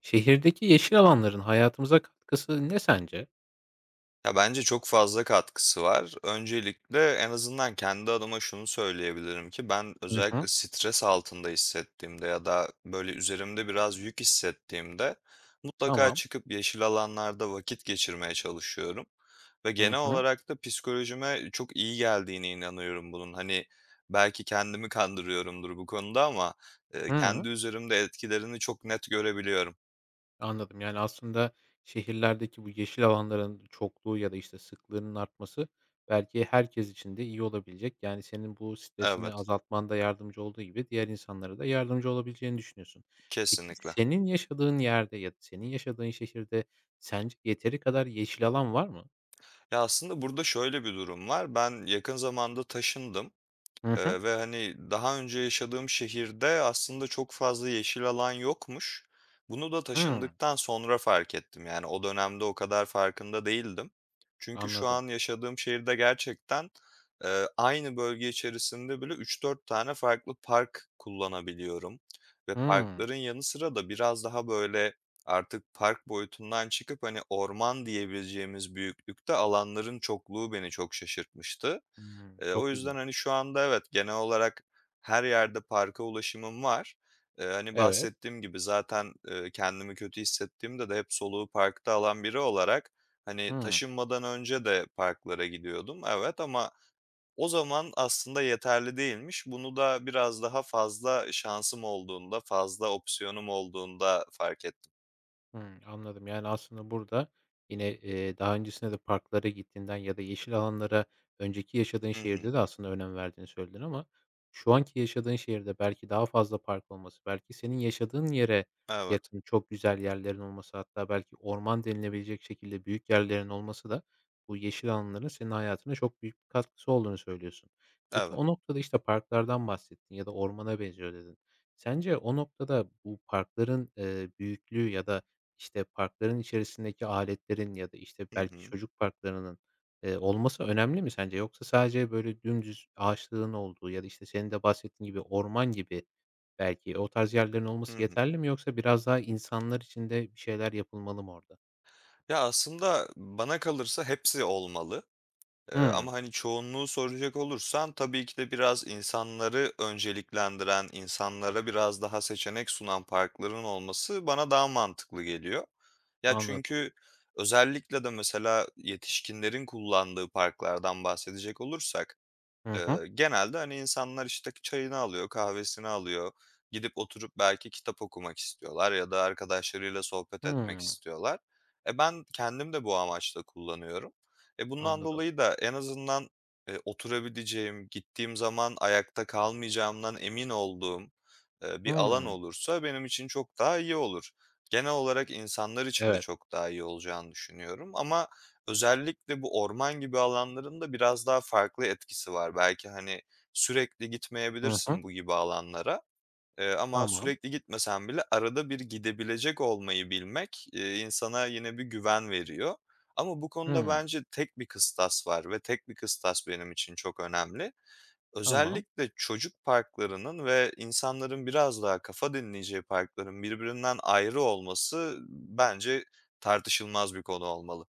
Şehirdeki yeşil alanların hayatımıza katkısı ne sence? Ya, bence çok fazla katkısı var. Öncelikle en azından kendi adıma şunu söyleyebilirim ki ben Hı özellikle hı. stres altında hissettiğimde ya da böyle üzerimde biraz yük hissettiğimde mutlaka Tamam. çıkıp yeşil alanlarda vakit geçirmeye çalışıyorum ve Hı genel hı. olarak da psikolojime çok iyi geldiğine inanıyorum bunun. Hani, belki kendimi kandırıyorumdur bu konuda ama, kendi Hıı. üzerimde etkilerini çok net görebiliyorum. Anladım. Aslında şehirlerdeki bu yeşil alanların çokluğu ya da, sıklığının artması belki herkes için de iyi olabilecek. Yani, senin bu stresini Evet, azaltmanda yardımcı olduğu gibi diğer insanlara da yardımcı olabileceğini düşünüyorsun. Peki kesinlikle. senin yaşadığın yerde ya da senin yaşadığın şehirde sence yeteri kadar yeşil alan var mı? Ya, aslında burada şöyle bir durum var. Ben yakın zamanda taşındım. Hı hı. Ve hani, daha önce yaşadığım şehirde aslında çok fazla yeşil alan yokmuş. Bunu da Hıı. taşındıktan sonra fark ettim. Yani o dönemde o kadar farkında değildim. Çünkü şu Anladım. an yaşadığım şehirde gerçekten, aynı bölge içerisinde bile üç dört tane farklı park kullanabiliyorum ve Hıı. parkların yanı sıra da biraz daha, böyle, artık park boyutundan çıkıp, hani, orman diyebileceğimiz büyüklükte alanların çokluğu beni çok şaşırtmıştı. Hıı. O Çok güzel. yüzden, hani, şu anda evet, genel olarak her yerde parka ulaşımım var. Hani, Evet. bahsettiğim gibi zaten, kendimi kötü hissettiğimde de hep soluğu parkta alan biri olarak, hani, Hıı. taşınmadan önce de parklara gidiyordum, evet ama o zaman aslında yeterli değilmiş. Bunu da biraz daha fazla şansım olduğunda, fazla opsiyonum olduğunda fark ettim. Hımm, anladım. Yani, aslında burada yine, daha öncesinde de parklara gittiğinden ya da yeşil alanlara önceki yaşadığın Hı hı. şehirde de aslında önem verdiğini söyledin ama şu anki yaşadığın şehirde belki daha fazla park olması, belki senin yaşadığın yere Evet, yakın çok güzel yerlerin olması, hatta belki orman denilebilecek şekilde büyük yerlerin olması da bu yeşil alanların senin hayatına çok büyük bir katkısı olduğunu söylüyorsun. Peki evet. o noktada, işte, parklardan bahsettin ya da ormana benziyor dedin. Sence o noktada bu parkların, büyüklüğü ya da işte, parkların içerisindeki aletlerin ya da, işte, Hı belki hı. çocuk parklarının, olması önemli mi sence? Yoksa sadece böyle dümdüz ağaçlığın olduğu ya da, işte, senin de bahsettiğin gibi orman gibi belki o tarz yerlerin Hı olması hı. yeterli mi yoksa biraz daha insanlar için de bir şeyler yapılmalı mı orada? Ya, aslında bana kalırsa hepsi olmalı. Hımm, Ama, hani, çoğunluğu soracak olursan tabii ki de biraz insanları önceliklendiren, insanlara biraz daha seçenek sunan parkların olması bana daha mantıklı geliyor. Ya, anladım. çünkü özellikle de mesela yetişkinlerin kullandığı parklardan bahsedecek olursak. Hı hı. Genelde, hani, insanlar, işte, çayını alıyor, kahvesini alıyor. Gidip oturup belki kitap okumak istiyorlar ya da arkadaşlarıyla sohbet etmek Hımm, istiyorlar. E, ben kendim de bu amaçla kullanıyorum. E, bundan anladım. dolayı da en azından, oturabileceğim, gittiğim zaman ayakta kalmayacağımdan emin olduğum, bir alan Hımm, olursa benim için çok daha iyi olur. Genel olarak insanlar için de evet. çok daha iyi olacağını düşünüyorum ama özellikle bu orman gibi alanların da biraz daha farklı etkisi var. Belki, hani, sürekli Hı hı. gitmeyebilirsin bu gibi alanlara, ama Tamam. sürekli gitmesen bile arada bir gidebilecek olmayı bilmek, insana yine bir güven veriyor. Ama bu konuda Hımm, bence tek bir kıstas var ve tek bir kıstas benim için çok önemli. tamam. Özellikle çocuk parklarının ve insanların biraz daha kafa dinleyeceği parkların birbirinden ayrı olması bence tartışılmaz bir konu olmalı.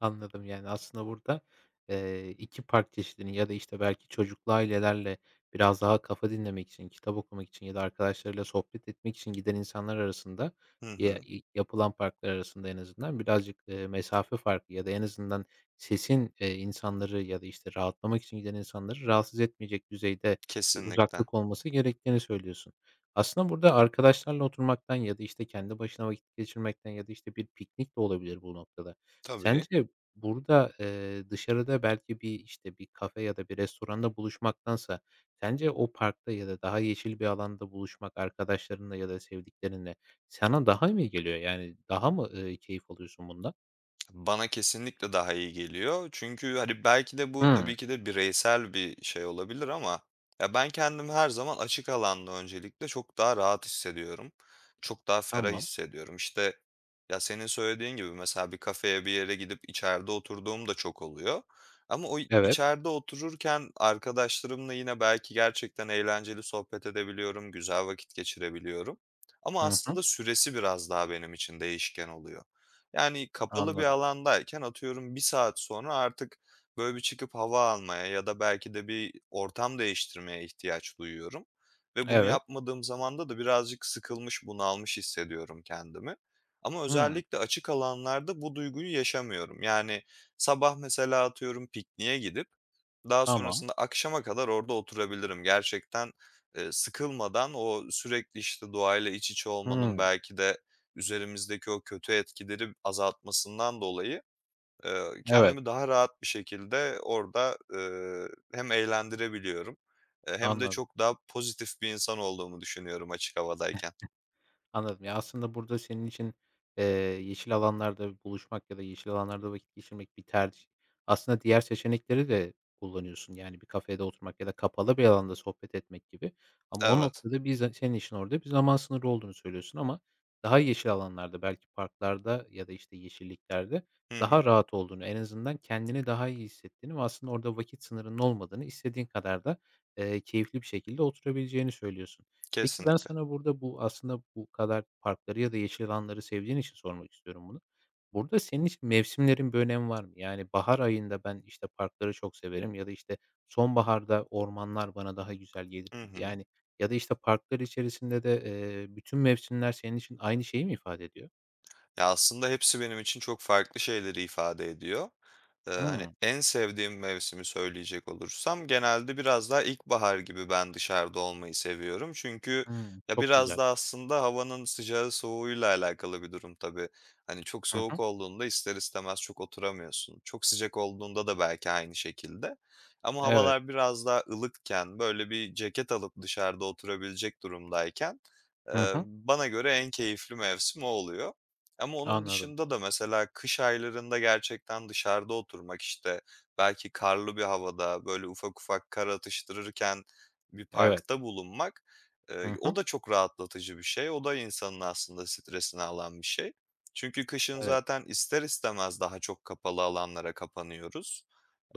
Anladım. Yani, aslında burada, 2 park çeşidinin ya da, işte, belki çocuklu ailelerle biraz daha kafa dinlemek için, kitap okumak için ya da arkadaşlarıyla sohbet etmek için giden insanlar arasında, Hı ya hı. i yapılan parklar arasında en azından birazcık, mesafe farkı ya da en azından sesin, insanları ya da, işte, rahatlamak için giden insanları rahatsız etmeyecek düzeyde bir Kesinlikle. uzaklık olması gerektiğini söylüyorsun. Aslında burada arkadaşlarla oturmaktan ya da, işte, kendi başına vakit geçirmekten ya da, işte, bir piknik de olabilir bu noktada. Tabii. Sence burada, dışarıda belki bir, işte, bir kafe ya da bir restoranda buluşmaktansa sence o parkta ya da daha yeşil bir alanda buluşmak arkadaşlarınla ya da sevdiklerinle sana daha mı iyi geliyor? Yani daha mı, keyif alıyorsun bundan? Bana kesinlikle daha iyi geliyor. Çünkü, hani, belki de bu Hımm. tabii ki de bireysel bir şey olabilir ama ya, ben kendimi her zaman açık alanda öncelikle çok daha rahat hissediyorum. Çok daha ferah Tamam. hissediyorum. İşte, ya, senin söylediğin gibi mesela bir kafeye, bir yere gidip içeride oturduğum da çok oluyor. Ama o Evet. içeride otururken arkadaşlarımla yine belki gerçekten eğlenceli sohbet edebiliyorum, güzel vakit geçirebiliyorum. Ama Hı hı. aslında süresi biraz daha benim için değişken oluyor. Yani, kapalı bir Anladım. alandayken atıyorum bir saat sonra artık, böyle, bir çıkıp hava almaya ya da belki de bir ortam değiştirmeye ihtiyaç duyuyorum ve bunu Evet. yapmadığım zamanda da birazcık sıkılmış, bunalmış hissediyorum kendimi. Ama Hımm. özellikle açık alanlarda bu duyguyu yaşamıyorum. Yani, sabah mesela atıyorum pikniğe gidip daha Tamam. sonrasında akşama kadar orada oturabilirim. Gerçekten, sıkılmadan o sürekli, işte, doğayla iç içe olmanın Hımm. belki de üzerimizdeki o kötü etkileri azaltmasından dolayı, Evet. kendimi daha rahat bir şekilde orada, hem eğlendirebiliyorum, hem de Anladım. çok daha pozitif bir insan olduğumu düşünüyorum açık havadayken. Anladım. Ya, aslında burada senin için, eee, yeşil alanlarda buluşmak ya da yeşil alanlarda vakit geçirmek bir tercih. Aslında diğer seçenekleri de kullanıyorsun. Yani bir kafede oturmak ya da kapalı bir alanda sohbet etmek gibi ama o Evet. noktada bir za senin için orada bir zaman sınırı olduğunu söylüyorsun ama daha yeşil alanlarda, belki parklarda ya da, işte, yeşilliklerde Hı hı. daha rahat olduğunu, en azından kendini daha iyi hissettiğini ve aslında orada vakit sınırının olmadığını, istediğin kadar da, keyifli bir şekilde oturabileceğini söylüyorsun. Peki, ben Kesinlikle. sana burada bu aslında bu kadar parkları ya da yeşil alanları sevdiğin için sormak istiyorum bunu. Burada senin için mevsimlerin bir önemi var mı? Yani bahar ayında ben, işte, parkları çok severim ya da, işte, sonbaharda ormanlar bana daha güzel gelir Hı gibi. hı. Yani ya da, işte, parklar içerisinde de, bütün mevsimler senin için aynı şeyi mi ifade ediyor? Ya, aslında hepsi benim için çok farklı şeyleri ifade ediyor. Hani, Hımm. en sevdiğim mevsimi söyleyecek olursam genelde biraz daha ilkbahar gibi ben dışarıda olmayı seviyorum. Çünkü Hımm. ya, Çok biraz güzel. da aslında havanın sıcağı soğuğuyla alakalı bir durum tabii. Hani, çok Hı soğuk hı. olduğunda ister istemez çok oturamıyorsun. Çok sıcak olduğunda da belki aynı şekilde. Ama Evet. havalar biraz daha ılıkken, böyle bir ceket alıp dışarıda oturabilecek durumdayken, Hı eee, hı. bana göre en keyifli mevsim o oluyor. Ama onun Anladım. dışında da mesela kış aylarında gerçekten dışarıda oturmak, işte, belki karlı bir havada, böyle, ufak ufak kar atıştırırken bir Evet. parkta bulunmak, Hı o hı. da çok rahatlatıcı bir şey. O da insanın aslında stresini alan bir şey. Çünkü kışın Evet. zaten ister istemez daha çok kapalı alanlara kapanıyoruz.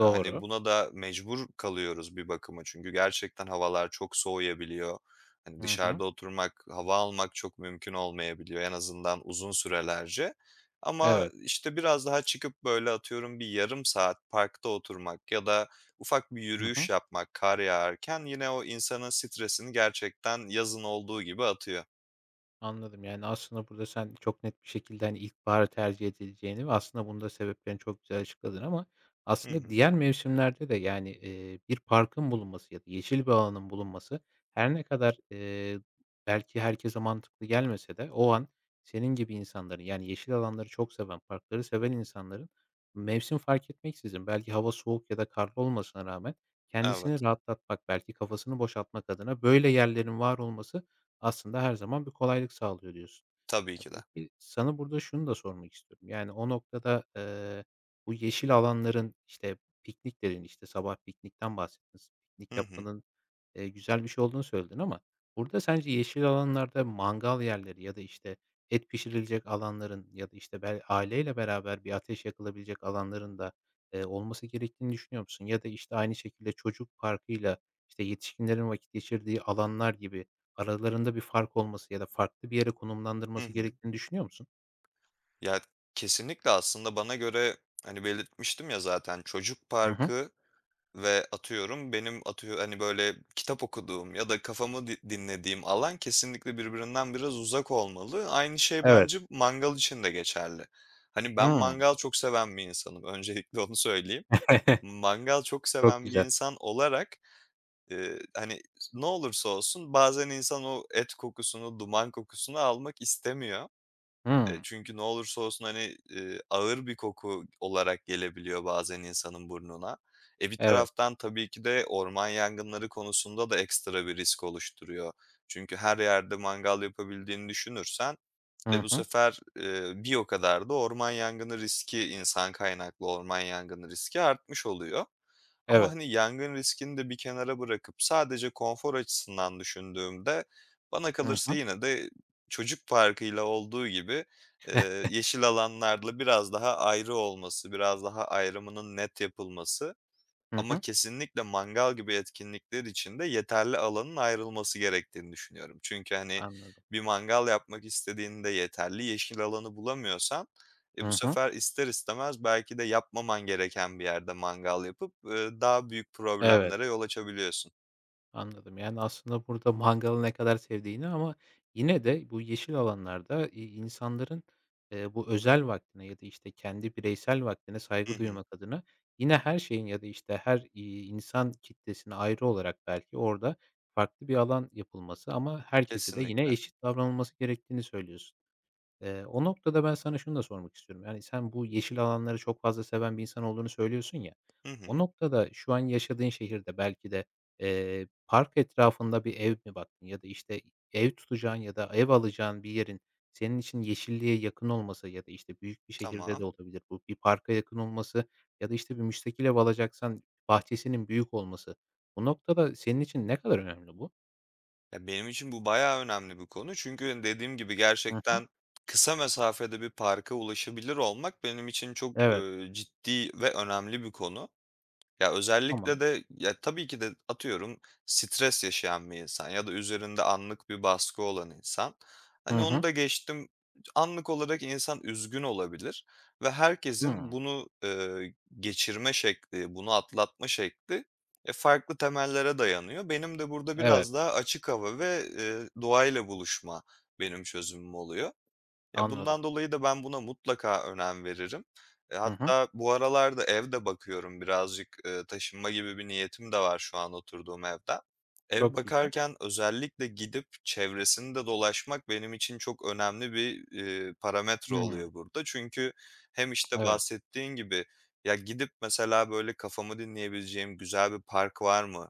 Hani, buna da mecbur kalıyoruz bir bakıma çünkü gerçekten havalar çok soğuyabiliyor. Hani, Hı hı. dışarıda oturmak, hava almak çok mümkün olmayabiliyor en azından uzun sürelerce. Ama, Evet. işte, biraz daha çıkıp, böyle, atıyorum bir yarım saat parkta oturmak ya da ufak bir Hı yürüyüş hı. yapmak kar yağarken yine o insanın stresini gerçekten yazın olduğu gibi atıyor. Anladım. Yani, aslında burada sen çok net bir şekilde, hani, ilkbaharı tercih edileceğini ve aslında bunda sebeplerini çok güzel açıkladın ama Hı aslında hı. diğer mevsimlerde de, yani, bir parkın bulunması ya da yeşil bir alanın bulunması her ne kadar, belki herkese mantıklı gelmese de o an senin gibi insanların, yani, yeşil alanları çok seven, parkları seven insanların mevsim fark etmeksizin belki hava soğuk ya da karlı olmasına rağmen kendisini Evet, rahatlatmak, belki kafasını boşaltmak adına böyle yerlerin var olması aslında her zaman bir kolaylık sağlıyor diyorsun. tabii Ya, ki de. peki sana burada şunu da sormak istiyorum. Yani o noktada, bu yeşil alanların, işte, pikniklerin işte, sabah piknikten bahsettiniz, piknik Hı hı. yapmanın, güzel bir şey olduğunu söyledin ama burada sence yeşil alanlarda mangal yerleri ya da, işte, et pişirilecek alanların ya da, işte, aileyle beraber bir ateş yakılabilecek alanların da, olması gerektiğini düşünüyor musun? Ya da, işte, aynı şekilde çocuk parkıyla, işte, yetişkinlerin vakit geçirdiği alanlar gibi aralarında bir fark olması ya da farklı bir yere Hı konumlandırması hı. gerektiğini düşünüyor musun? Ya, kesinlikle aslında bana göre, hani, belirtmiştim ya zaten çocuk Hı hı. parkı ve atıyorum benim atıyor hani, böyle kitap okuduğum ya da kafamı dinlediğim alan kesinlikle birbirinden biraz uzak olmalı. Aynı şey Evet. bence mangal için de geçerli. Hani, ben Hımm. mangal çok seven bir insanım. Öncelikle onu söyleyeyim. Mangal çok Çok seven bir güzel. insan olarak, hani, ne olursa olsun bazen insan o et kokusunu, duman kokusunu almak istemiyor. Hımm. Çünkü ne olursa olsun, hani, ağır bir koku olarak gelebiliyor bazen insanın burnuna. E, bir Evet. taraftan tabii ki de orman yangınları konusunda da ekstra bir risk oluşturuyor. Çünkü her yerde mangal yapabildiğini düşünürsen, e, Hı bu hı. sefer, bir o kadar da orman yangını riski, insan kaynaklı orman yangını riski artmış oluyor. Ama, Evet. hani, yangın riskini de bir kenara bırakıp sadece konfor açısından düşündüğümde bana Hı kalırsa hı. yine de çocuk parkıyla olduğu gibi, eee, yeşil alanlarla biraz daha ayrı olması, biraz daha ayrımının net yapılması Hı ama hı. kesinlikle mangal gibi etkinlikler için de yeterli alanın ayrılması gerektiğini düşünüyorum. Çünkü, hani, Anladım. bir mangal yapmak istediğinde yeterli yeşil alanı bulamıyorsan, e, bu Hı hı. sefer ister istemez belki de yapmaman gereken bir yerde mangal yapıp, daha büyük Evet. problemlere yol açabiliyorsun. Anladım. Yani, aslında burada mangalı ne kadar sevdiğini ama yine de bu yeşil alanlarda, insanların, bu özel vaktine ya da, işte, kendi bireysel vaktine Hı saygı hı. duymak adına yine her şeyin ya da, işte, her, insan kitlesine ayrı olarak belki orada farklı bir alan yapılması ama herkese de yine Kesinlikle. eşit davranılması gerektiğini söylüyorsun. O noktada ben sana şunu da sormak istiyorum. Yani, sen bu yeşil alanları çok fazla seven bir insan olduğunu söylüyorsun ya. Hı O hı. noktada şu an yaşadığın şehirde belki de, park etrafında bir ev mi baktın ya da, işte, ev tutacağın ya da ev alacağın bir yerin senin için yeşilliğe yakın olması ya da, işte, büyük bir şehirde Tamam. de olabilir bu, bir parka yakın olması ya da, işte, bir müstakil ev alacaksan bahçesinin büyük olması. Bu noktada senin için ne kadar önemli bu? Ya, benim için bu bayağı önemli bir konu. Çünkü, hani, dediğim gibi Hı hı. gerçekten kısa mesafede bir parka ulaşabilir olmak benim için çok, Evet. ııı, ciddi ve önemli bir konu. Ya, Tamam. özellikle de ya, tabii ki de atıyorum stres yaşayan bir insan ya da üzerinde anlık bir baskı olan insan. Hani, Hı onu hı. da geçtim, anlık olarak insan üzgün olabilir ve herkesin Hıı. bunu, geçirme şekli, bunu atlatma şekli, farklı temellere dayanıyor. Benim de burada Evet. biraz daha açık hava ve doğayla buluşma benim çözümüm oluyor. Ya, Anladım. bundan dolayı da ben buna mutlaka önem veririm. Hı hı. Hatta bu aralarda evde bakıyorum birazcık, taşınma gibi bir niyetim de var şu an oturduğum evde. Ev Çok güzel. bakarken özellikle gidip çevresinde dolaşmak benim için çok önemli bir parametre Hımm. oluyor burada. Çünkü hem, işte, Evet. bahsettiğin gibi, ya, gidip mesela, böyle, kafamı dinleyebileceğim güzel bir park var mı?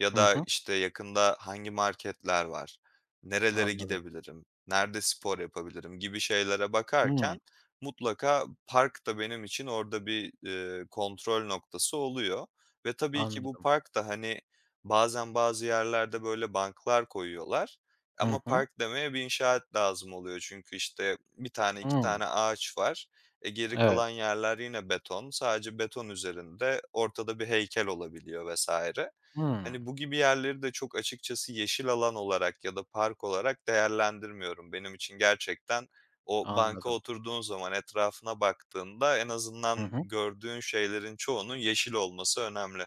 Ya Hı da, hı. işte, yakında hangi marketler var? Nerelere Anladım. gidebilirim? Nerede spor yapabilirim gibi şeylere Hımm. bakarken mutlaka park da benim için orada bir kontrol noktası oluyor ve tabii ki bu Anladım. park da, hani, bazen bazı yerlerde böyle banklar koyuyorlar Hı ama hı. park demeye bir inşaat lazım oluyor. Çünkü, işte, bir tane 2 Hımm. tane ağaç var. E, geri Evet. kalan yerler yine beton. Sadece beton üzerinde ortada bir heykel olabiliyor vesaire. Hımm. Hani, bu gibi yerleri de çok açıkçası yeşil alan olarak ya da park olarak değerlendirmiyorum. Benim için gerçekten o banka Anladım. oturduğun zaman, etrafına baktığında en azından Hı hı. gördüğün şeylerin çoğunun yeşil olması önemli.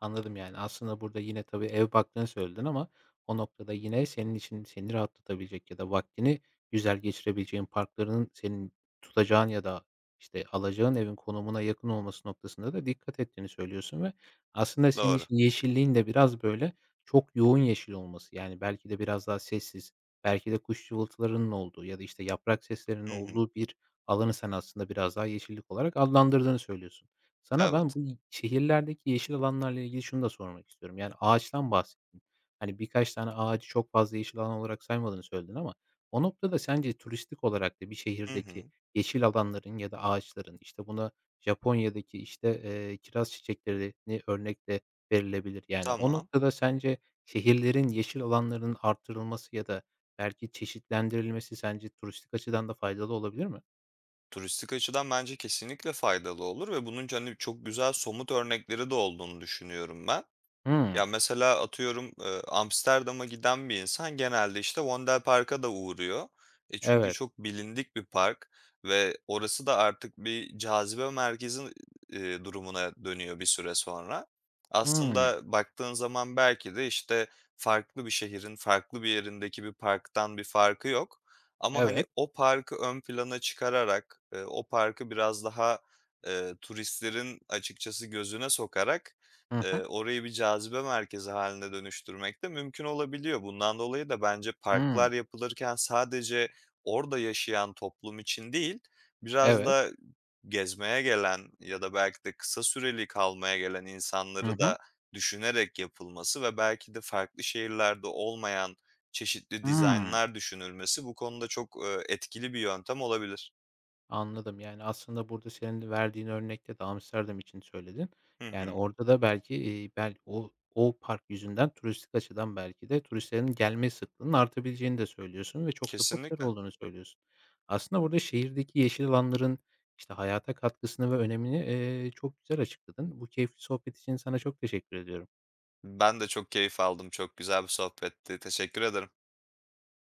Anladım, yani, aslında burada yine tabii ev baktığını söyledin ama o noktada yine senin için seni rahatlatabilecek ya da vaktini güzel geçirebileceğin parklarının senin tutacağın ya da, işte, alacağın evin konumuna yakın olması noktasında da dikkat ettiğini söylüyorsun ve aslında senin Doğru. için yeşilliğin de biraz, böyle, çok yoğun yeşil olması, yani, belki de biraz daha sessiz, belki de kuş cıvıltılarının olduğu ya da, işte, yaprak seslerinin Hı hı. olduğu bir alanı sen aslında biraz daha yeşillik olarak adlandırdığını söylüyorsun. Sana Evet. ben bu şehirlerdeki yeşil alanlarla ilgili şunu da sormak istiyorum. Yani ağaçtan bahsettin. Hani birkaç tane ağacı çok fazla yeşil alan olarak saymadığını söyledin ama o noktada sence turistik olarak da bir Hı şehirdeki hı. yeşil alanların ya da ağaçların işte buna Japonya'daki işte, kiraz çiçeklerini örnek de verilebilir. Yani o Tamam. noktada sence şehirlerin yeşil alanlarının artırılması ya da belki çeşitlendirilmesi sence turistik açıdan da faydalı olabilir mi? Turistik açıdan bence kesinlikle faydalı olur ve bunun, hani, çok güzel somut örnekleri de olduğunu düşünüyorum ben. Hımm. Ya, mesela atıyorum, Amsterdam'a giden bir insan genelde, işte, Vondelpark'a da uğruyor. E, çünkü Evet. çok bilindik bir park ve orası da artık bir cazibe merkezi, durumuna dönüyor bir süre sonra. Hımm. Aslında baktığın zaman belki de, işte, farklı bir şehrin farklı bir yerindeki bir parktan bir farkı yok ama, hani, Evet. o parkı ön plana çıkararak, o parkı biraz daha, turistlerin açıkçası gözüne sokarak. Hı hı. Orayı bir cazibe merkezi haline dönüştürmek de mümkün olabiliyor. Bundan dolayı da bence Hımm. parklar yapılırken sadece orada yaşayan toplum için değil, biraz Evet. da gezmeye gelen ya da belki de kısa süreli kalmaya gelen Hı insanları hı. da düşünerek yapılması ve belki de farklı şehirlerde olmayan çeşitli Hımm. dizaynlar düşünülmesi bu konuda çok, etkili bir yöntem olabilir. Anladım. Yani, aslında burada senin de verdiğin örnekte de Amsterdam için söyledin. Hı Yani, hı. orada da belki, o park yüzünden turistik açıdan belki de turistlerin gelme sıklığının artabileceğini de söylüyorsun ve çok da popüler Kesinlikle. olduğunu söylüyorsun. Aslında burada şehirdeki yeşil alanların, işte, hayata katkısını ve önemini, çok güzel açıkladın. Bu keyifli sohbet için sana çok teşekkür ediyorum. Ben de çok keyif aldım. Çok güzel bir sohbetti. Teşekkür ederim.